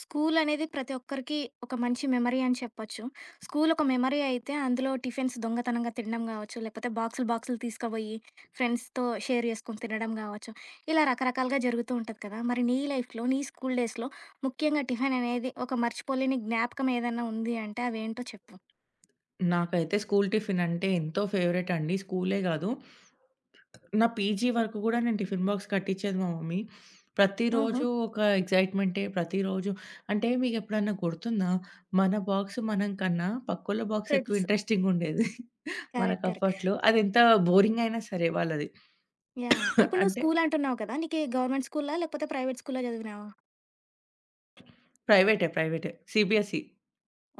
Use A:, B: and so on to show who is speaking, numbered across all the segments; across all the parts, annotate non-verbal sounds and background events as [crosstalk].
A: School అనేది ప్రతి ఒక్కరికి ఒక మంచి మెమరీ అని చెప్పొచ్చు. స్కూల్ ఒక మెమరీ అయితే అందులో టిఫిన్స్ దొంగతనంగా తినడం గావచ్చు, లేకపోతే బాక్సులు బాక్సులు తీసుకుపోయి ఫ్రెండ్స్‌తో షేర్ చేసుకొని తినడం గావచ్చు. ఇలా రకరకాలుగా జరుగుతూ ఉంటది కదా! మరి నీ లైఫ్‌లో, నీ స్కూల్ డేస్‌లో ముఖ్యంగా టిఫిన్ అనేది ఒక మర్చిపోలేని జ్ఞాపకం ఏదన్నా ఉంది అంటే అవేంటో చెప్పు?
B: నాకైతే స్కూల్ టిఫిన్ అంటే ఎంతో ఫేవరెట్ అండి. స్కూలే గాదు, నా పీజీ వరకు గూడా నేను టిఫిన్ బాక్స్ కట్టిచ్చేది మా మమ్మీ.
A: ఓహో!
B: ప్రతిరోజు ఒక ఎక్సైట్‌మెంటే. ప్రతిరోజు అంటే మీకెప్పుడన్నా గుర్తుందా? మన బాక్స్ మనం కన్నా పక్కోళ్ళ బాక్స్ ఎక్కువ
A: ఫ్రెండ్స్.
B: ఇంట్రెస్టింగుండేది
A: కరెక్ట్. కరెక్ట్.
B: మనకప్పట్లో. అదెంత బోరింగయినా సరే వాళ్ళది.
A: యాహ్! యాహ్!
B: [laughs]
A: ఇప్పుడు నువ్వు
B: అంటే
A: స్కూల్ అంటున్నావు కదా! నీకి గవర్నమెంట్ స్కూలా? లేకపోతే ప్రైవేట్ స్కూల్‌లో చదివినావా?
B: ప్రైవేటే. ప్రైవేటే. సీబీఎస్‌ఈ.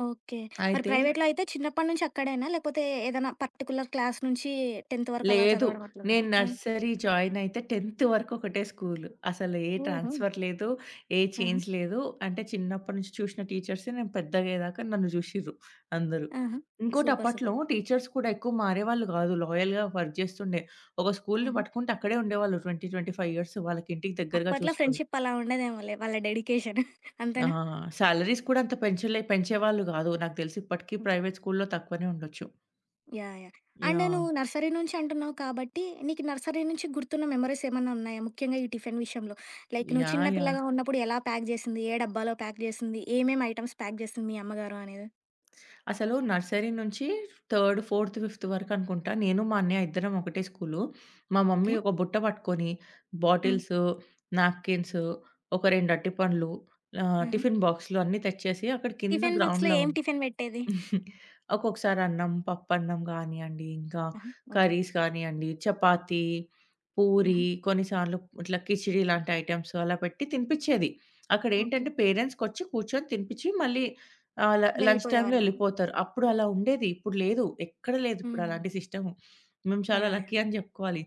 A: ఓకే. మరి
B: అయితే
A: ప్రైవేట్‌లో అయితే చిన్నప్పటి నుంచి అక్కడేనా? లేకపోతే ఏదైనా పర్టిక్యులర్ క్లాస్ నుంచి 10థ్ వరకు అలా
B: లేదు.
A: చదవడం అట్లున్నాయా?
B: నేను
A: ఆ!
B: నర్సరీ జాయిన్ అయితే 10థ్ వరకు ఒకటే స్కూలు. అసలు ఏ
A: హుహు.
B: ట్రాన్స్‌ఫర్ లేదు. ఏ
A: ఆహా!
B: చేంజ్ లేదు. అంటే చిన్నప్పటి నుంచి చూసిన టీచర్సే నేను పెద్దగయ్యేదాకా నన్ను జూషిర్రు అందరూ.
A: ఆహా!
B: ఇంకోటి
A: సూపర్.
B: అప్పట్లో
A: సూపర్.
B: టీచర్స్ కూడా ఎక్కువ మారేవాళ్ళు గాదు. లాయల్‌గా వర్క్ జేస్తుండే. ఒక స్కూల్‌ని
A: ఆహా!
B: పట్టుకుంటే అక్కడే ఉండేవాళ్ళు 20, 25 ఇయర్స్ వాళ్ళకి ఇంటికి దగ్గరగా
A: అప్పట్లో
B: చూసుకొని.
A: ఫ్రెండ్‌షిప్ అలా ఉండదేమోలే. వాళ్ళ డెడికేషన్
B: ఆ!
A: అంతేనా?
B: సాలరీస్ కూడా అంత పెంచలే పెంచేవాళ్ళు గాదు. నాకు తెలిసి ఇప్పటికి
A: ఓకే.
B: ప్రైవేట్ స్కూల్‌లో తక్కువనే ఉండొచ్చు.
A: యాహ్! యాహ్! And
B: yeah!
A: నువ్వు నర్సరీ నుంచి అంటున్నావు కాబట్టి, నీకు నర్సరీ నుంచి గుర్తున్న మెమోరీస్ ఏమన్నా ఉన్నాయా? ముఖ్యంగా ఈ టిఫిన్ విషయంలో. లైక్ నువ్వు చిన్న
B: యాహ్! యాహ్!
A: పిల్లగా ఉన్నప్పుడు ఎలా ప్యాక్ చేసింది? ఏ డబ్బాలో ప్యాక్ చేసింది? ఏమేమి ఐటెమ్స్ ప్యాక్ చేసింది మీ అమ్మగారు అనేది?
B: అసలు నర్సరీ నుంచి థర్డ్, ఫోర్త్, ఫిఫ్త్ వరకనుకుంటా. నేను, మా అన్నయ్య ఇద్దరం ఒకటే స్కూలు. మా
A: ఓకే.
B: మమ్మీ ఒక బుట్ట పట్టుకొని
A: హ్మ్.
B: బాటిల్స్, నాప్కిన్స్, ఒక 2 అరటిపండ్లు,
A: ఆహా!
B: టిఫిన్ బాక్స్‌లు అన్నీ తెచ్చేసి అక్కడ కింద
A: టిఫిన్ బాక్స్‌లో
B: గ్రౌండ్‌లో.
A: ఏం టిఫిన్ పెట్టేది?
B: హ్మ్. ఒక్కొక్కసారి అన్నం, పప్పన్నం గానియండి, ఇంకా
A: ఆహా! ఓకే.
B: కర్రీస్ గానియండి, చపాతీ, పూరి,
A: ఆహా!
B: కొన్నిసార్లు ఇట్లా కిచిడీ లాంటి ఐటెమ్స్ అలా పెట్టి తినిపిచ్చేది.
A: ఓకే.
B: అక్కడేంటంటే
A: హ్మ్.
B: పేరెంట్స్‌కొచ్చి కూర్చొని తినిపిచ్చి మళ్ళీ ఆహ్, ల లంచ్ టైమ్‌లో
A: వెళ్ళిపోయేవాళ్ళేమో.
B: యెళ్ళిపోతారు. అప్పుడు అలా ఉండేది. ఇప్పుడు లేదు. ఎక్కడ లేదు ఇప్పుడు
A: హ్మ్.
B: అలాంటి సిస్టము. మేము
A: యాహ్!
B: చాలా
A: యాహ్!
B: లక్కీ అని జెప్పుకోవాలి.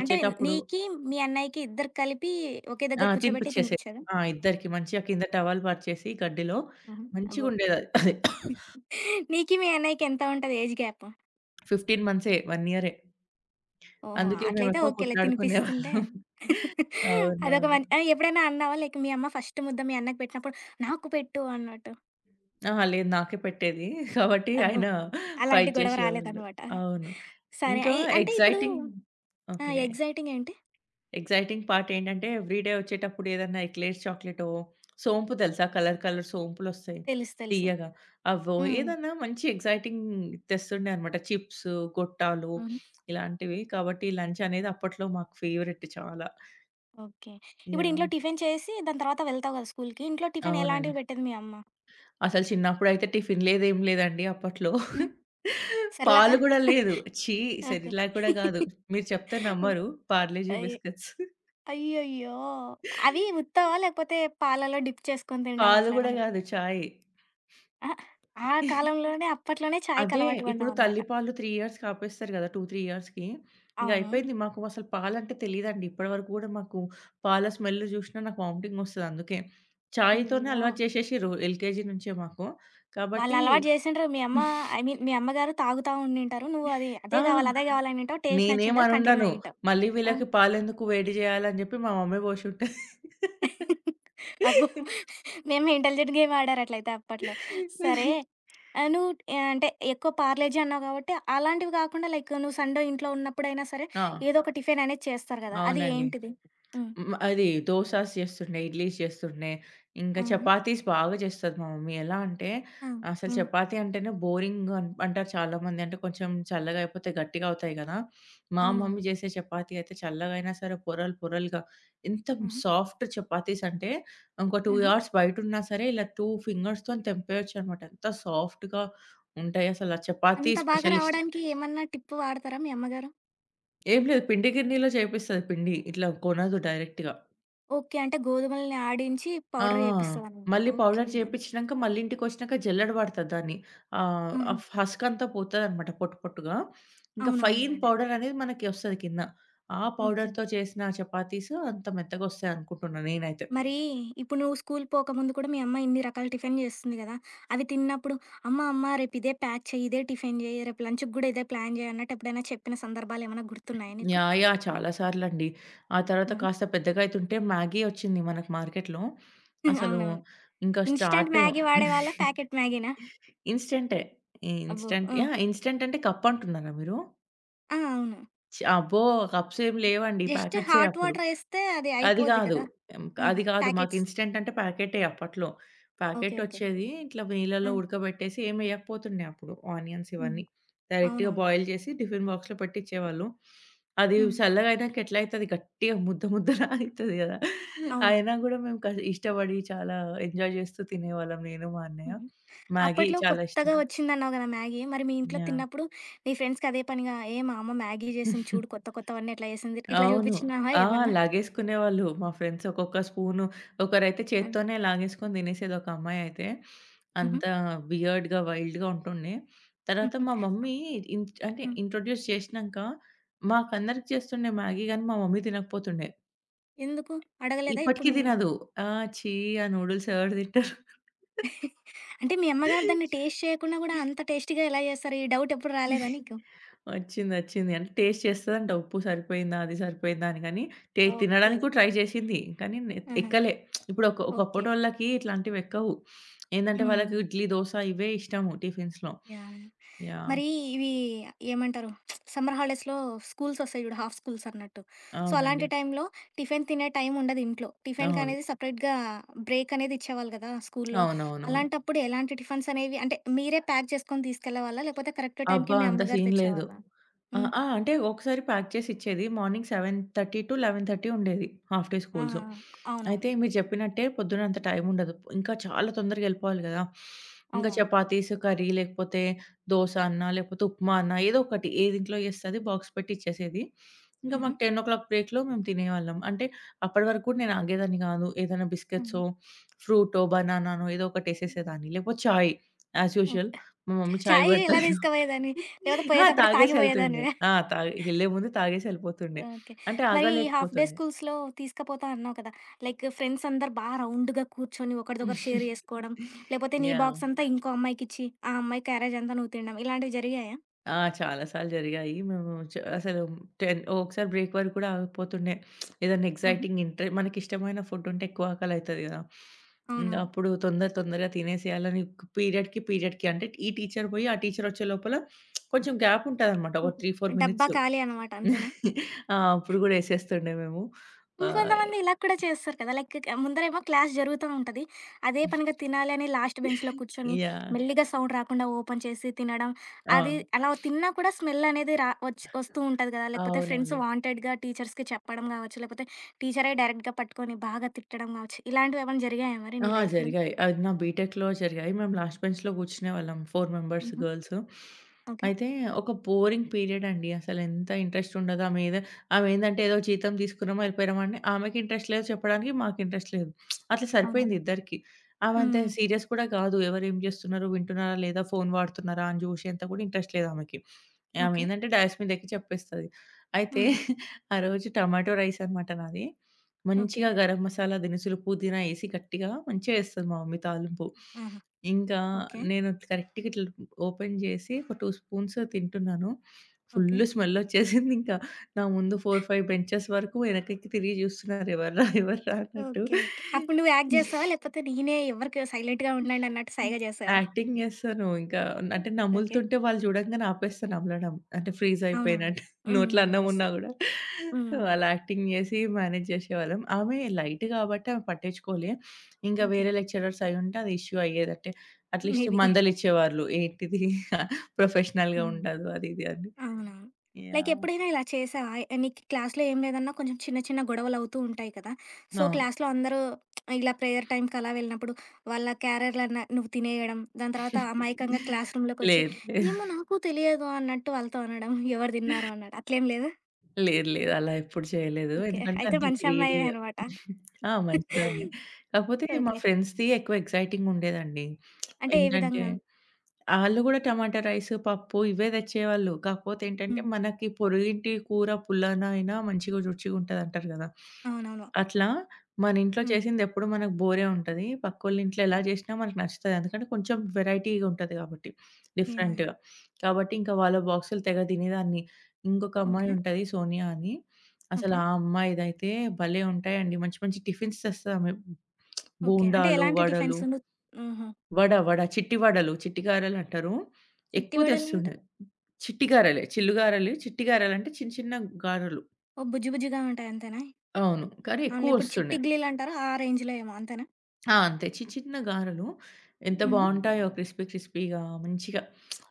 A: అంటే నీకి, మీ అన్నయ్యకి ఇద్దరికి కలిపి ఒకే
B: ఆ!
A: దగ్గర కూర్చోబెట్టి
B: తినిపిచ్చేసేది.
A: తినిపిచ్చేదా?
B: ఆ! ఇద్దరికీ మంచిగా కింద టవల్ పరిచేసి గడ్డిలో
A: ఆహా! అబ్బో!
B: మంచిగుండేదది. అది [coughs]
A: [laughs] నీకి, మీ అన్నయ్యకి ఎంత ఉంటది ఏజ్ గ్యాప్?
B: 15 మంత్సే 1 ఇయరే.
A: ఓహో!
B: అందుకే
A: అట్లయితే
B: మేమెక్కువ
A: ఓకేలే తినిపిస్తుంటే
B: కొట్లాడుకునేవాళ్ళం.
A: [laughs] అదొక
B: అవునవును.
A: ఆ! ఎప్పుడైనా అన్నావా? లైక్ మీ అమ్మ ఫస్ట్ ముద్ద మీ అన్నకి పెట్టినప్పుడు నాకు పెట్టు అన్నట్టు.
B: అహా! లేదు, నాకే పెట్టేది. కాబట్టి
A: అబ్బో!
B: ఆయన
A: అలాంటి
B: ఫైట్
A: గొడవ
B: చేసేవాళ్ళు.
A: రాలేదనమాట.
B: అవును.
A: సరే.
B: ఇంకా
A: అంటే ఇప్పుడు
B: ఎక్సైటింగ్
A: ఆ!
B: ఓకే.
A: ఎక్సైటింగ్ ఏంటి?
B: ఎక్సైటింగ్ పార్ట్ ఏంటంటే ఎవ్రీడే వచ్చేటప్పుడు ఏదన్నా ఎక్లేర్స్ చాక్లెటో, సోంపు తెలుసా? కలర్ కలర్ సోంపులొస్తాయి
A: తెలుసు. తెలుసు.
B: తియ్యగా. అవో
A: హ్మ్.
B: ఏదన్నా మంచి ఎక్సైటింగ్ తెస్తుండే అనమాట. చిప్స్, గొట్టాలు ఇలాంటివి. కాబట్టి లంచ్ అనేది అప్పట్లో మాకు ఫేవరెట్ చాలా.
A: ఓకే. ఇప్పుడు ఇంట్లో
B: యాహ్!
A: టిఫిన్ చేసి దాని తర్వాత వెళ్తావు కదా స్కూలుకి. ఇంట్లో టిఫిన్
B: అవునండి.
A: ఎలాంటివి పెట్టేది మీ అమ్మ?
B: అసలు చిన్నప్పుడైతే టిఫిన్ లేదు. ఏం లేదండి అప్పట్లో.
A: హ్మ్. సెర్లాకా?
B: పాలు గూడా లేదు. ఛీ!
A: ఓకే.
B: సెరిలాక్ గూడా గాదు. మీరు చెప్తే నమ్మరు. పార్లేజీ
A: అయ్
B: బిస్కెట్స్.
A: అయ్యయ్యో! అవి ఉత్తవా? లేకపోతే పాలలో డిప్ చేసుకొని తినడం
B: పాలు
A: అట్లనా?
B: గూడా
A: హ్మ్.
B: గాదు. చాయ్.
A: అహా! ఆ కాలంలోనే అప్పట్లోనే చాయ్‌కి
B: అదే.
A: అలవాటు
B: ఇప్పుడు
A: పడ్డావనమాట.
B: తల్లిపాలు 3 ఇయర్స్‌కి ఆపేస్తారు గదా! 2, 3 ఇయర్స్‌కి. ఇంక
A: అవును.
B: అయిపోయింది. మాకు అసలు పాలంటే తెలీదండి. ఇప్పటి వరకు గూడా మాకు పాల స్మెల్ జూషినా నాకు వామిటింగ్ ఒస్తది అందుకే. చాయ్‌తోనే
A: అయ్యయ్యో!
B: అలవాటు చేశేషిర్రు ఎల్‌కేజీ నుంచే మాకు.
A: వాళ్ళు
B: కాబట్టి
A: అలవాటు జేసుంటరు. మీ అమ్మ ఐ మీన్ మీ అమ్మగారు తాగుతా ఉండింటారు. నువ్వు అది అదే
B: ఆ!
A: గావాలి, అదే గావాలనుంటావు. టేస్ట్
B: నేనేం
A: నచ్చుంటది. కంటిన్యూ
B: అనుండను.
A: అయ్యుంటావు.
B: మళ్ళీ
A: ఆ!
B: వీళ్ళకి పాలెందుకు వేడి జేయాలని జెప్పి మా మమ్మీ బోషుంటది.
A: అబ్బో! మేము ఇంటెలిజెంట్ గేమ్ ఆడారట్లయితే అప్పట్లో. సరే.
B: [laughs]
A: ఆహ్, నువ్వు ఆహ్, అంటే ఎక్కువ పార్లేజీ అన్నావు కాబట్టి, అలాంటివి కాకుండా లైక్ నువ్వు సండే ఇంట్లో ఉన్నప్పుడైనా సరే,
B: ఆ!
A: ఏదో ఒక టిఫిన్ అనేది చేస్తారు కదా! అది
B: అవునండి.
A: ఏంటిది? హ్మ్.
B: హ్మ్. అది దోసాస్ చేస్తుండే, ఇడ్లీస్ చేస్తుండే, ఇంకా
A: ఆహా!
B: చపాతీస్ బాగా చేస్తది మా మమ్మీ. ఎలా అంటే
A: ఆ!
B: అసలు
A: హ్మ్.
B: చపాతీ అంటేనే బోరింగ్ అంటారు చాలామంది. అంటే కొంచెం చల్లగా అయిపోతే గట్టిగా అవుతాయి కదా! మా
A: అవునవును.
B: మమ్మీ చేసే చపాతీ అయితే చల్లగా అయినా సరే పొరలు పొరలుగా ఎంత
A: హుహు.
B: సాఫ్ట్ చపాతీస్ అంటే ఇంకో 2
A: హుహు.
B: అవర్స్ బయటున్నా సరే ఇలా 2 ఫింగర్స్‌తోని తెంపేయొచ్చనమాట. అంత సాఫ్ట్‌గా ఉంటాయి. అసలు ఆ చపాతీ
A: అంత బాగా
B: స్పెషలిస్ట్.
A: రావడానికి ఏమన్నా టిప్ వాడతారా మీ అమ్మగారు?
B: ఏం లేదు, పిండి గిన్నెలో చేపిస్తది పిండి. ఇట్లా కొనదు డైరెక్ట్‌గా.
A: ఓకే. అంటే గోధుమలని ఆడించి
B: ఆ!
A: పౌడర్ చేపిస్తదనమాట.
B: మళ్ళీ
A: ఓకే.
B: పౌడర్ చేపిచ్చినంక మళ్ళీ ఇంటికొచ్చినాక జల్లెడ పడతది దాన్ని. ఆహ్, ఆ
A: హుహు.
B: హస్కంతా పోతదనమాట పొట్టు పొట్టుగా. ఇంకా ఫైన్
A: అవునవునులెండి.
B: పౌడర్ అనేది మనకి ఒస్తది కింద. ఆ
A: ఓకే.
B: పౌడర్‌తో చేసిన చపాతీస్ అంత మెత్తగొస్తాయనుకుంటున్నా నేనైతే.
A: మరి ఇప్పుడు నువ్వు స్కూల్ పోకముందు కూడా మీ అమ్మ ఇన్ని రకాల టిఫిన్ చేస్తుంది కదా! అవి తిన్నప్పుడు అమ్మ, అమ్మ రేపు ఇదే ప్యాక్ చెయ్యి, ఇదే టిఫిన్ చెయ్యి, రేపు లంచ్‌కి గూడా ఇదే ప్లాన్ చెయ్యి అన్నట్టు ఎప్పుడైనా చెప్పిన సందర్భాలేమన్నా గుర్తున్నాయా నీకు?
B: యాహ్! యాహ్! చాలా సార్లండి. ఆ తర్వాత
A: ఆహా!
B: కాస్త పెద్దగయితుంటే మ్యాగీ ఒచ్చింది మనకు మార్కెట్‌లో.
A: [laughs]
B: అసలు
A: అవునవును.
B: ఇంకా
A: ఇన్‌స్టాంట్
B: స్టార్ట్
A: మ్యాగీ వాడేవాళ్ళా? ప్యాకెట్ మ్యాగీనా?
B: ఇన్‌స్టంటే.
A: అబ్బో!
B: ఇన్‌స్టంట్
A: హ్మ్.
B: యాహ్! ఇన్‌స్టంట్ అంటే కప్ అంటున్నారా మీరు?
A: ఆ! అవును.
B: ఛీ! అబ్బో! కప్స్ ఏమి లేవండి.
A: జస్ట్
B: ప్యాకెట్సే
A: హాట్
B: అప్పుడు.
A: వాటర్ ఏస్తే అది
B: అది
A: అయిపోద్ది
B: గాదు.
A: కదా!
B: హ్మ్.
A: ఆహా!
B: అది గాదు. మాకు
A: ప్యాకెట్స్.
B: ఇన్‌స్టంట్ అంటే ప్యాకెటే అప్పట్లో.
A: ఓకే. ఓకే.
B: ప్యాకెటొచ్చేది. ఇట్లా
A: ఆ!
B: నీళ్ళలో ఉడకబెట్టేసి ఏమెయకపోతుండే అప్పుడు ఆనియన్స్
A: హ్మ్.
B: ఇవన్నీ. డైరెక్ట్‌గా
A: అవునవును.
B: బాయిల్ చేసి టిఫిన్ బాక్స్‌లో పెట్టిచ్చేవాళ్ళు. అది
A: హ్మ్.
B: చల్లగయినాక ఎట్లయితది గట్టిగా ముద్ద ముద్దలా [laughs] అయితది గదా!
A: అవునవును.
B: అయినా గూడా మేము ఇష్టపడి చాలా ఎంజాయ్ చేస్తూ తినేవాళ్ళం నేను, మా అన్నయ్య.
A: హుహు.
B: మ్యాగీ
A: అప్పట్లో
B: చాలా
A: కొత్తగా
B: ఇష్టం.
A: వచ్చిందన్నావు కదా మ్యాగీ. మరి మీ ఇంట్లో
B: యాహ్!
A: తిన్నప్పుడు నీ ఫ్రెండ్స్‌కి అదే పనిగా "ఏ మా అమ్మ మ్యాగీ జేసింది చూడు
B: [laughs]
A: కొత్త కొత్తవన్నీ ఎట్లా జేసింది" ఇట్లా
B: అవును.
A: చూపించినావా
B: ఆ!
A: ఏమన్నా?
B: లాగేసుకునేవాళ్ళు. మా ఫ్రెండ్స్ ఒక్కొక్క స్పూను, ఒకరైతే
A: ఆ!
B: చేత్తోనే లాగేసుకొని తినేసేది ఒక అమ్మాయయితే.
A: హుహు.
B: అంత వియర్డ్‌గా, వైల్డ్‌గా ఉంటుండే. తర్వాత
A: హుహు.
B: మా మమ్మీ ఇన్ అంటే
A: హ్మ్.
B: ఇంట్రొడ్యూస్ చేసినంక మాకందరికి చేస్తుండే మ్యాగీ గానీ మా మమ్మీ తినకపోతుండే.
A: ఎందుకు? అడగలేదా ఎప్పుడు
B: ఇప్పటికి
A: నువ్వు?
B: తినదు. ఆ! ఛీ! ఆ నూడిల్స్ ఎవరు తింటారు?
A: అంటే మీ అమ్మగారు దాన్ని టేస్ట్ చేయకుండా గూడా అంత టేస్టీగా ఎలా జేస్తారు? ఈ డౌట్ ఎప్పుడు రాలేదా నీకు?
B: వచ్చిందొచ్చింది. అంటే టేస్ట్ చేస్తదంట. ఉప్పు సరిపోయిందా? అది సరిపోయిందా? అని గాని
A: ఓకే.
B: తినడానికి కూడా ట్రై చేసింది. కానీ నెత్
A: ఆహా!
B: ఎక్కలే. ఇప్పుడు ఒక
A: ఓకే.
B: ఒకప్పటోళ్ళకి ఇట్లాంటివెక్కవు. ఏందంటే
A: హ్మ్.
B: వాళ్ళకి ఇడ్లీ, దోస ఇవే ఇష్టము టిఫిన్స్‌లో.
A: యాహ్!
B: యాహ్!
A: మరి ఇవి ఏమంటారు? సమ్మర్ హాలిడేస్‌లో స్కూల్స్ ఒస్తాయి జూడు హాఫ్ స్కూల్స్ అన్నట్టు. సో, అలాంటి
B: అవునండి.
A: టైంలో టిఫిన్ తినే టైం ఉండదు ఇంట్లో.
B: అవును.
A: టిఫిన్‌కనేది సెపరేట్‌గా బ్రేక్ అనేది ఇచ్చేవాళ్ళు గదా! స్కూల్‌లో.
B: అవునవునవును.
A: అలాంటప్పుడు ఎలాంటి టిఫిన్స్ అనేవి అంటే మీరే ప్యాక్ చేసుకొని తీసుకెళ్ళేవాళ్ళా? లేకపోతే కరెక్ట్ టైంకి
B: అబ్బా!
A: మీ
B: అంత
A: అమ్మగారు
B: సీన్ లేదు.
A: తెచ్చేవాళ్ళా?
B: ఆ!
A: హ్మ్.
B: ఆ! అంటే ఒకసారి ప్యాక్ చేసి ఇచ్చేది. మార్నింగ్ 7:30-11:30 ఉండేది హాఫ్ డే
A: ఆ!
B: స్కూల్స్.
A: ఆ! అవునవును.
B: అయితే మీరు చెప్పినట్టే పొద్దున అంత టైం ఉండదు. ఇంకా చాలా తొందరగా ఎళ్ళిపోవాలి గదా! ఇంకా
A: అవునవును.
B: చపాతీస్, కర్రీ లేకపోతే దోస అన్నా, లేకపోతే ఉప్మా అన్నా ఏదో ఒకటి ఏది ఇంట్లో చేస్తది బాక్స్ పెట్టి ఇచ్చేసేది. ఇంకా
A: హుహు.
B: మాకు 10:00 బ్రేక్‌లో మేము తినేవాళ్ళం. అంటే అప్పటి వరకు కూడా నేను ఆగేదాన్ని గాదు. ఏదైనా
A: హ్మ్.
B: బిస్కెట్సో, ఫ్రూటో, బనానానో ఏదో ఒకటి ఎసేసేదాన్ని. లేకపోతే చాయ్ యాస్ యూజువల్
A: ఓకే.
B: మా మమ్మీ చాయ్
A: చాయ్ ఎలా
B: పెడతది.
A: తీసుకుపోయేదానివి? లేకపోతే
B: ఆ!
A: పోయేటప్పుడే
B: తాగేసి ఎళ్తుండే.
A: తాగిపోయేదానివా?
B: ఆ! తాగి ఎళ్ళే ముందు తాగేసి ఎళ్ళిపోతుండే.
A: ఓకే.
B: అంటే
A: మరి ఈ హాఫ్ డే
B: ఆగలేకపోతుండే.
A: స్కూల్స్‌లో తీసుకపోతా అన్నావు కదా! లైక్ ఫ్రెండ్స్ అందరూ రౌండ్‌గా కూర్చొని ఒకడిదొకరు షేర్
B: [laughs]
A: జేసుకోవడం, లేపోతే నీ
B: యాహ్!
A: బాక్స్ అంతా ఇంకో అమ్మాయికిచ్చి, ఆ అమ్మాయి క్యారేజ్ అంతా నువ్వు తినడం ఇలాంటివి జరిగాయా?
B: ఆ! చాలా సార్లు జరిగాయి. మేము అసలు 10 ఒకసారి బ్రేక్ వరకు కూడా ఆగకపోతుండే. ఏదైనా
A: హుహు.
B: ఎక్సైటింగ్ ఇంట్రె మనకిష్టమైన ఫుడ్ ఉంటే ఎక్కువ ఆకలి అయితది గదా! ఇంగ
A: అవునవును.
B: అప్పుడు తొందర తొందరగా తినేసేయాలని పీరియడ్‌కి, పీరియడ్‌కి అంటే ఈ టీచర్ పోయి ఆ టీచర్ వచ్చే లోపల కొంచెం గ్యాప్ ఉంటదనమాట. ఒక 3, 4
A: డబ్బా
B: మినిట్స్.
A: ఖాళీ అనమాట అంతేనా?
B: [laughs] ఆ! అప్పుడు గూడా ఎసేస్తుండే మేము. ఆహ్
A: ఇంకొంతమంది ఇలా కూడా చేస్తారు కదా! లైక్ ముందరేమో క్లాస్ జరుగుతా ఉంటది. అదే పనిగా తినాలి అని లాస్ట్ బెంచ్‌లో కూర్చొని,
B: యాహ్!
A: మెల్లిగా సౌండ్ రాకుండా ఓపెన్ చేసి తినడం. అది
B: అవును.
A: అలా తిన్నా కూడా స్మెల్ అనేది రా వచ్ వస్తూ ఉంటది కదా! లేకపోతే ఫ్రెండ్స్
B: అవునండి.
A: వాంటెడ్‌గా టీచర్స్‌కి చెప్పడం గావచ్చు, లేకపోతే టీచరే డైరెక్ట్‌గా పట్టుకొని బాగా తిట్టడం గావచ్చు. ఇలాంటివేమన్నా జరిగాయా మరి
B: ఆ!
A: నీ లైఫ్‌లో?
B: జరిగాయి. అది నా బీటెక్‌లో జరిగాయి. మేము లాస్ట్ బెంచ్‌లో కూర్చునేవాళ్ళం 4 మెంబర్స్
A: హుహు.
B: గర్ల్స్.
A: ఓకే.
B: అయితే ఒక బోరింగ్ పీరియడ్ అండి. అసలెంత ఇంట్రెస్ట్ ఉండదు. ఆమె ఏదో ఆమె ఏందంటే ఏదో జీతం తీసుకున్నామా, వెళ్ళిపోయామని ఆమెకి ఇంట్రెస్ట్ లేదు చెప్పడానికి, మాకు ఇంట్రెస్ట్ లేదు. అట్లా సరిపోయింది
A: అవునవును.
B: ఇద్దరికీ. ఆమె అంత
A: హ్మ్.
B: సీరియస్ కూడా కాదు. ఎవరు ఏం చేస్తున్నారు, వింటున్నారా లేదా, ఫోన్ వాడుతున్నారా అని చూసేంత కూడా ఇంట్రెస్ట్ లేదు ఆమెకి. ఆమె
A: ఓకే.
B: ఏందంటే డయాస్ మీదెక్కి చెప్పేస్తది. అయితే
A: హుహు.
B: ఆ రోజు టమాటో రైస్ అనమాట నాది.
A: ఓకే.
B: మంచిగా గరం మసాలా దినుసులు, పుదీనా ఏసి గట్టిగా మంచిగా ఏస్తది మా మమ్మీ తాలింపు.
A: ఆహా!
B: ఇంకా
A: ఓకే.
B: నేను కరెక్ట్‌గా ఇట్లా ఓపెన్ జేసి ఒక 2 స్పూన్స్ తింటున్నాను.
A: ఓకే.
B: ఫుల్ స్మెల్లొచ్చేసిందింకా. నా ముందు 4, 5 బెంచెస్ వరకు వెనకకి తిరిగి జూస్తున్నారు ఎవర్రా? ఎవర్రా? అన్నట్టు.
A: ఓకే. ఓకే. అప్పుడు నువ్వు యాక్ట్ జేసావా? లేకపోతే నేనే ఎవరికి సైలెంట్‌గా ఉండండన్నట్టు సైగ జేసావా?
B: యాక్టింగ్ జేస్తాను. ఇంకా అంటే
A: ఓకే.
B: నములుతుంటే వాళ్ళు చూడంగానే ఆపేస్తాను నమలడం. అంటే ఫ్రీజ్
A: అవునవును.
B: అయిపోయినట్టు. [laughs]
A: హ్మ్.
B: నోట్లో
A: హ్మ్. హ్మ్.
B: అన్నం
A: యెస్.
B: ఉన్నా గూడా. సో,
A: హ్మ్.
B: అలా యాక్టింగ్ జేసి మేనేజ్ జేసేవాళ్ళం. ఆమె లైట్
A: హ్మ్.
B: గాబట్టి ఆమె పట్టించుకోలే. ఇంకా
A: ఓకే.
B: వేరే లెక్చరర్స్ అయ్యుంటే అది ఇష్యూ అయ్యేది. అంటే అట్‌లీస్ట్
A: మేబీ.
B: మందలిచ్చేవాళ్ళు. ఏంటిది [laughs] ప్రొఫెషనల్‌గా
A: హ్మ్.
B: ఉండదు అది ఇది అని.
A: అవునవును. Like
B: yeah!
A: ఎప్పుడైనా ఇలా చేసావా? నీకు క్లాస్‌లో ఏం లేదన్నా కొంచెం చిన్న చిన్న గొడవలవుతూ ఉంటాయి కదా! సో,
B: అవును.
A: క్లాస్‌లో అందరూ ఇలా ప్రేయర్ టైమ్‌కి అలా వెళ్ళినప్పుడు వాళ్ళ క్యారియర్‌లన్నా నువ్వు తినేయడం, దాని తర్వాత అమాయకంగా
B: [laughs]
A: క్లాస్ రూమ్‌లోకొచ్చి,
B: లేదు. లేదు.
A: "ఏమో నాకు తెలియదు" అన్నట్టు వాళ్ళతో అనడం, ఎవరు తిన్నారు అన్నట్టు. అట్లేం లేదా?
B: లేదు. లేదు. అలా ఎప్పుడు చేయలేదు.
A: ఓకే.
B: ఎందుకంటే
A: అయితే
B: అంత
A: మంచి అమ్మాయివే
B: గ్రీడీగా
A: అనమాట.
B: ఆ! మంచిదాన్నే. కాకపోతే మా
A: ఓకే.
B: ఫ్రెండ్స్‌ది ఎక్కువ ఎక్సైటింగ్ ఉండేదండి.
A: అంటే ఏ
B: ఏంటంటే
A: విధంగా?
B: ఆళ్ళు గూడా టమాటా రైస్, పప్పు ఇవే తెచ్చేవాళ్ళు. కాకపోతే ఏంటంటే
A: హ్మ్.
B: మనకి పొరుగింటి కూర పుల్లనైనా మంచిగా రుచిగుంటదంటారు గదా!
A: అవునవును.
B: అట్లా మన ఇంట్లో
A: హ్మ్.
B: చేసింది ఎప్పుడు మనకు బోరే ఉంటది. పక్కోళ్ళ ఇంట్లో ఎలా చేసినా మనకు నచ్చుతది. ఎందుకంటే కొంచెం వెరైటీగా ఉంటది కాబట్టి
A: యాహ్! యాహ్!
B: డిఫరెంట్‌గా. కాబట్టి ఇంకా వాళ్ళ బాక్సులు తెగ తినేదాన్ని. ఇంకొక అమ్మాయి
A: ఓకే.
B: ఉంటది సోనియా అని. అసలు
A: ఓకే.
B: ఆ అమ్మాయిదైతే భలే ఉంటాయండి. మంచి మంచి టిఫిన్స్ తెస్తదామె.
A: ఓకే. అంటే
B: బోండాలు,
A: ఎలాంటి టిఫిన్స్?
B: వడలు,
A: హుహు.
B: వడ వడ చిట్టి వడలు, చిట్టి గారెలంటారు.
A: చిట్టి వడలంటే
B: ఎక్కువ తెస్తుండే. చిట్టి గారెలే. చిల్లు గారెలు, చిట్టి గారెలంటే చిన్న చిన్న గారెలు.
A: ఓ బుజ్జి బుజ్జిగా ఉంటాయి అంతేనా?
B: అవును. కానీ
A: అవునులే. ఇప్పుడు చిట్టి
B: ఎక్కువొస్తుండే.
A: ఇడ్లీలంటారు ఆ రేంజ్‌లో ఏమో అంతేనా?
B: ఆ! అంతే. చిన్న చిన్న గారెలు ఎంత
A: హుహు.
B: బావుంటాయో క్రిస్పీ క్రిస్పీగా మంచిగా.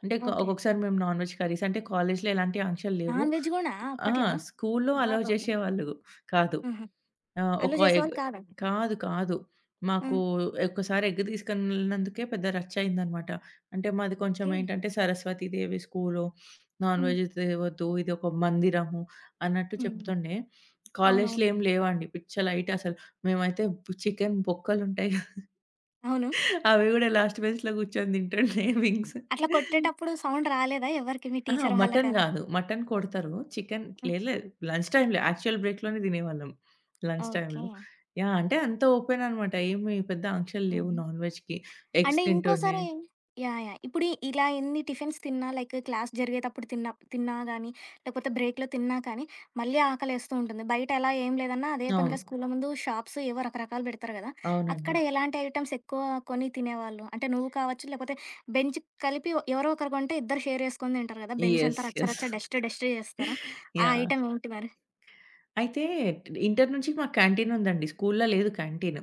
B: అంటే
A: ఓకే.
B: ఒక్కొక్కసారి మేము నాన్ వెజ్ కర్రీస్ అంటే కాలేజ్‌లో ఎలాంటి ఆంక్షలు లేవు.
A: నాన్ వెజ్ గూడా
B: ఆ!
A: అప్పట్లో
B: స్కూల్‌లో అలౌ
A: అబ్బబ్బబ్బా!
B: చేసేవాళ్ళు కాదు.
A: హుహు.
B: ఆ!
A: అలో
B: ఒక ఎగ్
A: చేసేవాళ్ళు కాదా?
B: కాదు. కాదు.
A: ఆ!
B: మాకు ఒక్కసారి ఎగ్ తీసుకెళ్ళినందుకే పెద్ద రచ్చ అయిందనమాట. అంటే మాది కొంచెం
A: ఓకే.
B: ఏంటంటే Saraswati Devi school, non
A: hmm.
B: Veg తేవద్దు. ఇది ఒక మందిరము అన్నట్టు
A: హ్మ్.
B: చెప్తుండే. కాలేజ్‌లో
A: అవునవును.
B: ఏం లేవండి. పిచ్చ లైట్ అసలు. మేమైతే చికెన్ బొక్కలుంటాయి కదా!
A: అవును.
B: అవి కూడా లాస్ట్ బెంచ్‌లో కూర్చొని తింటుండే వింగ్స్.
A: అట్లా కొట్టేటప్పుడు సౌండ్ రాలేదా ఎవరికి మీ
B: అహా!
A: టీచర్
B: మటన్
A: వాళ్ళకలా?
B: గాదు. మటన్ కొడతారు. చికెన్
A: ఆ!
B: లేదు లేదు. లంచ్ టైమ్‌లో యాక్చువల్ బ్రేక్‌లోనే తినేవాళ్ళం. Lunch
A: okay.
B: టైమ్‌లో. యాహ్! అంటే అంత ఓపెన్ అనమాట. ఏమి పెద్ద ఆంక్షలు లేవు
A: హుహు.
B: నాన్ వెజ్‌కి.
A: అంటే
B: ఎగ్స్ తింటుండే.
A: ఇంకోసారి యాహ్! యాహ్! ఇప్పుడు ఇలా ఎన్ని టిఫిన్స్ తిన్నా లైక్ క్లాస్ జరిగేటప్పుడు తిన్నా తిన్నా గానీ, లేకపోతే బ్రేక్‌లో తిన్నా కానీ, మళ్ళీ ఆకలేస్తూ ఉంటుంది. బయట ఎలా ఏం లేదన్నా అదే
B: అవును.
A: పనిగా స్కూల్లో ముందు షాప్స్ ఏవో రకరకాలు పెడతారు గదా!
B: అవునండి.
A: అక్కడ ఎలాంటి ఐటెమ్స్ ఎక్కువ కొని తినేవాళ్ళు? అంటే నువ్వు కావచ్చు, లేకపోతే బెంచ్ కలిపి ఎవరో ఒకరు కొంటే ఇద్దరు షేర్ చేసుకొని తింటారు గదా! బెంచ్ అంతా
B: యెస్.
A: రచ్చ
B: యెస్.
A: రచ్చ డస్ట్ డస్ట్ చేస్తారు. ఆ
B: యాహ్!
A: ఐటెమ్ ఏంటి మరి?
B: అయితే ఇంటర్ నుంచి మాకు క్యాంటీన్ ఉందండి. స్కూల్‌లో లేదు క్యాంటీన్.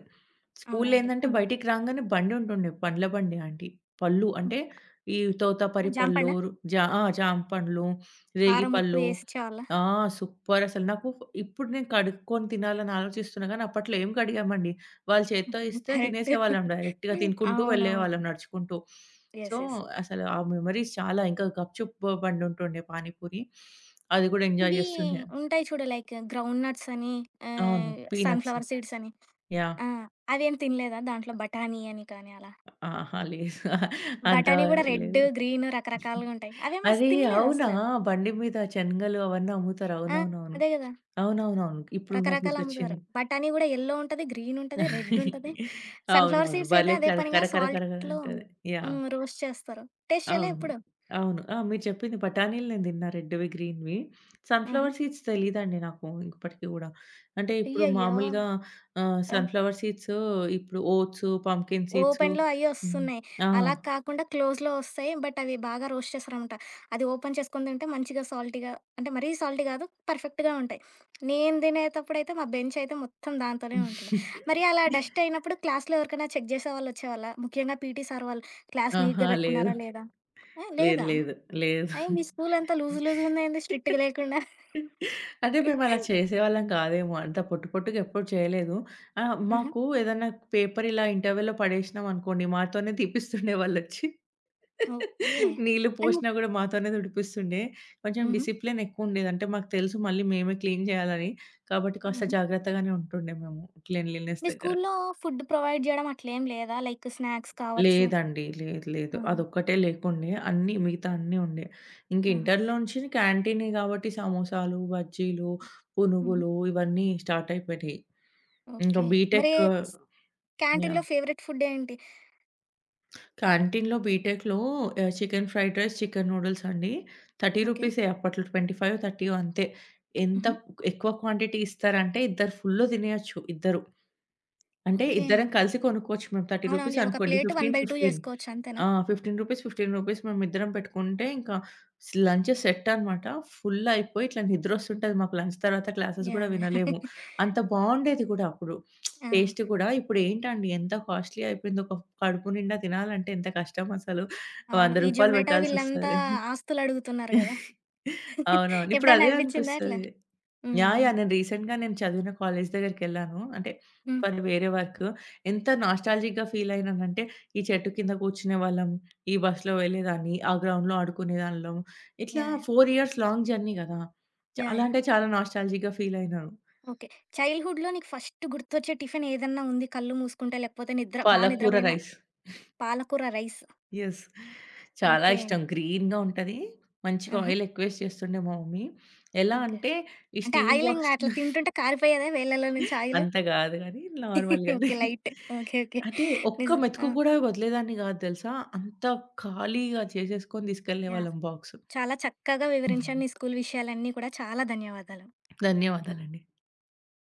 B: స్కూల్‌లో
A: అవునవునులే.
B: ఏందంటే
A: హ్మ్.
B: బయటికి రాంగానే బండి ఉంటుండే. పండ్ల బండి ఆంటీ. పళ్ళు
A: హ్మ్.
B: అంటే ఈ తోతాపరి
A: జామ
B: పళ్ళు,
A: పండా?
B: ఆ! జామ పండ్లు, రేగి
A: కారం, ఉప్పు
B: పళ్ళు.
A: ఏసిచ్చేవాళ్ళా?
B: ఆ! సూపర్ అసలు. నాకు ఇప్పుడు నేను కడుక్కొని తినాలని ఆలోచిస్తున్నా గానీ, అప్పట్లో ఏం కడిగామండి. వాళ్ళు చేత్తో
A: [laughs]
B: ఇస్తే
A: కరెక్ట్.
B: తినేసేవాళ్ళం డైరెక్ట్‌గా, తినుకుంటూ
A: అవునవును.
B: వెళ్ళేవాళ్ళం నడుచుకుంటూ. So,
A: yes. యెస్.
B: అసలు ఆ మెమోరీస్ చాలా. ఇంకా గప్‌చుప్ బండి ఉంటుండే పానీపూరి. అది గూడా ఎంజాయ్
A: ఇవి
B: చేస్తుండే.
A: ఉంటాయి చూడు లైక్ గ్రౌండ్ నట్స్ అని,
B: అవును.
A: Ah,
B: peanuts.
A: సన్‌ఫ్లవర్ సీడ్స్ అని.
B: యాహ్!
A: ఆ! అవేం తినలేదా? దాంట్లో బఠానీ అని కానీ అలా.
B: అహా! లేదు. అంత
A: బఠానీ గూడా
B: [laughs]
A: రెడ్,
B: లేదు.
A: గ్రీన్ రకరకాలుగా ఉంటాయి. అవేం అసలు
B: అరే!
A: తినలేదా
B: అవునా?
A: అసలు?
B: బండి మీద శనగలు అవన్నీ అమ్ముతారు.
A: ఆ!
B: అవునవునవును.
A: అదే గదా!
B: అవునవునవును. ఇప్పుడు నాకు
A: రకరకాలు అమ్ముతారు.
B: గుర్తొచ్చింది.
A: బఠానీ గూడా యెల్లో ఉంటది, గ్రీన్ ఉంటది, రెడ్ ఉంటది. సన్‌ఫ్లవర్
B: అవునవును.
A: సీడ్స్ అయితే
B: భలే
A: అదే
B: కర
A: పనిగా
B: కర కర కరగా
A: సాల్ట్‌లో
B: ఉంటది. యాహ్!
A: హ్మ్. రోస్ట్ చేస్తారు. టేస్ట్ చేయలే
B: అవును.
A: ఎప్పుడు?
B: అవును. ఆ! మీరు చెప్పింది బఠానీలు నేను తిన్నా రెడ్‌వి, గ్రీన్‌వి.
A: ఆహా!
B: సన్‌ఫ్లవర్ సీడ్స్ తెలీదండి నాకు ఇప్పటికి గూడా. అంటే ఇప్పుడు
A: అయ్యయ్యో!
B: మామూలుగా
A: ఆ!
B: సన్‌ఫ్లవర్ సీడ్స్ ఇప్పుడు ఓట్స్, పంప్కిన్ సీడ్స్.
A: ఓపెన్‌లో అయ్యి
B: హ్మ్.
A: వస్తున్నాయి.
B: ఆ!
A: అలా కాకుండా క్లోజ్‌లో వస్తాయి. బట్ అవి బాగా రోస్ట్ చేస్తారనమాట. అది ఓపెన్ చేసుకొని తింటే మంచిగా సాల్టీ‌గా అంటే మరీ సాల్టీ కాదు పర్ఫెక్ట్‌గా ఉంటాయి. నేను తినేటప్పుడైతే మా బెంచ్ అయితే మొత్తం దాంతోనే ఉంటుండే. మరి అలా డస్ట్ అయినప్పుడు క్లాస్‌లో ఎవరికైనా చెక్ చేసేవాళ్ళు వచ్చేవాళ్ళా? ముఖ్యంగా పీటీ సార్ వాళ్ళు క్లాస్ నీట్‌గా
B: ఆహా! లేదు.
A: పెట్టుకున్నారా లేదా? ఆ!
B: లేదు.
A: లేదా?
B: లేదు. లేదు.
A: అయి మీ స్కూల్ అంతా లూజ్ లూజ్‌గుందేంది స్ట్రిక్ట్‌గా లేకుండా?
B: అంటే మేమలా చేసేవాళ్ళం కాదేమో. అంత పొట్టు పొట్టుగా ఎప్పుడు చేయలేదు.
A: ఆహా!
B: మాకు ఏదన్నా పేపర్ ఇలా ఇంటర్వెల్‌లో పడేసినాం అనుకోండి, మాతోనే తీపిస్తుండే వాళ్ళొచ్చి.
A: ఓకే.
B: నీళ్ళు
A: అండ్
B: పోషినా గూడా మాతోనే తుడిపిస్తుండే. కొంచెం
A: హుహు.
B: డిసిప్లిన్ ఎక్కువుండేది. అంటే మాకు తెలుసు మళ్ళీ మేమే క్లీన్ జేయాలని. కాబట్టి కాస్త
A: హుహు.
B: జాగ్రత్తగానే ఉంటుండే మేము క్లీన్‌లీనెస్
A: మీ
B: దగ్గర.
A: స్కూల్‌లో ఫుడ్ ప్రొవైడ్ చేయడం అట్లేం లేదా? లైక్ స్నాక్స్ కావచ్చు.
B: లేదండి. లేదు. లేదు.
A: ఆహా!
B: అదొక్కటే లేకుండే. అన్నీ మిగతా అన్నీ ఉండే. ఇంక
A: ఆహా!
B: ఇంటర్‌లోంచి క్యాంటీనే గాబట్టి సమోసాలు, బజ్జీలు,
A: హుహు.
B: పునుగులు ఇవన్నీ స్టార్ట్ అయిపోయినాయి. ఇంకా
A: ఓకే. మరి
B: బీటెక్
A: క్యాంటీన్‌లో
B: యాహ్!
A: ఫేవరెట్ ఫుడ్ ఏంటి?
B: క్యాంటీన్‌లో బీటెక్‌లో chicken fried rice, chicken noodles అండి. రూ.
A: ఓకే.
B: 30 అప్పట్లో 25, 30 అంతే. ఎంత
A: హుహు.
B: ఎక్కువ క్వాంటిటీ ఇస్తారంటే ఇద్దరు ఫుల్లు తినేయొచ్చు ఇద్దరు. అంటే
A: ఓకే.
B: ఇద్దరం కలిసి కొనుక్కోవచ్చు మేము. రూ. 30
A: అవునవునులే. ఒక
B: అనుకోండి.
A: ప్లేట్
B: 15,
A: 1/2
B: 15
A: చేసుకోవచ్చు అంతేనా?
B: ఆ! రూ. 15, రూ. 15 మేమిద్దరం పెట్టుకుంటే ఇంకా లంచ్ సెట్ అనమాట. ఫుల్ అయిపోయి ఇట్లా నిద్రొస్తుంటది మాకు లంచ్ తర్వాత క్లాసెస్ గూడా
A: యాహ్!
B: వినలేము. అంత బావుండేది గూడా అప్పుడు.
A: యాహ్!
B: టేస్ట్
A: ఆ!
B: గూడా. ఇప్పుడేంటండి ఎంత కాస్ట్‌లీ అయిపోయింది. ఒక కడుపు నిండా తినాలంటే ఎంత కష్టం అసలు. రూ.
A: అవును.
B: 100
A: ఈ జొమాటో వీళ్ళంతా
B: పెట్టాల్సొస్తది.
A: ఆస్తులు అడుగుతున్నారు గదా!
B: [laughs] అవునవును. ఇప్పుడు
A: ఎప్పుడైనా
B: అదే
A: అనిపించిందా అట్లా?
B: అనిపిస్తది.
A: హ్మ్.
B: యాహ్!
A: హ్మ్.
B: యాహ్! నేను రీసెంట్‌గా నేను చదివిన కాలేజ్ దగ్గరికెళ్ళాను. అంటే
A: హ్మ్.
B: ఫర్ వేరే వర్క్. ఎంత నాస్టాల్జిక్‌గా ఫీల్ అయినానంటే, ఈ చెట్టు కింద కూర్చునేవాళ్ళం, ఈ బస్‌లో వెళ్ళేదాన్ని, ఆ గ్రౌండ్‌లో ఆడుకునేదాళ్ళం. ఇట్లా
A: yeah! Yeah!
B: 4 years long journey గదా!
A: యాహ్!
B: చాలా
A: యాహ్!
B: అంటే చాలా నాస్టాల్జిక్‌గా ఫీల్ అయినాను.
A: ఓకే. చైల్డ్‌హుడ్‌లో నీకు ఫస్ట్ గుర్తొచ్చే టిఫిన్ ఏదన్నా ఉంది? కళ్ళు మూసుకుంటే లేకపోతే నిద్ర
B: పాలకూర
A: నిద్రపోయిన
B: రైస్.
A: పాలకూర రైస్.
B: యెస్. చాలా
A: ఓకే.
B: ఇష్టం. గ్రీన్‌గా ఉంటది. మంచిగా
A: ఆహా!
B: ఆయిల్ ఎక్కువేసి చేస్తుండే మా మమ్మీ. ఎలా
A: ఓకే.
B: అంటే, ఈ
A: అంటే
B: స్టీల్
A: ఆయిల్ ఇంగ
B: బాక్స్
A: అట్లా తింటుంటే కారిపోయేదా వేళ్ళలో నుంచి ఆయిల్?
B: అంత గాదు గానీ నార్మల్‌గానే.
A: ఓకే. లైట్. ఓకే. ఓకే.
B: అంటే
A: నిజ
B: ఒక్క
A: ఆ!
B: మెతుకు కూడా వదిలేదాన్ని గాదు తెలుసా! అంత ఖాళీగా చేసేసుకొని
A: యాహ్!
B: తీసుకెళ్ళేవాళ్ళం బాక్సు.
A: చాలా చక్కగా వివరించారు నీ స్కూల్ విషయాలన్నీ కూడా. చాలా ధన్యవాదాలు.
B: ధన్యవాదాలండి.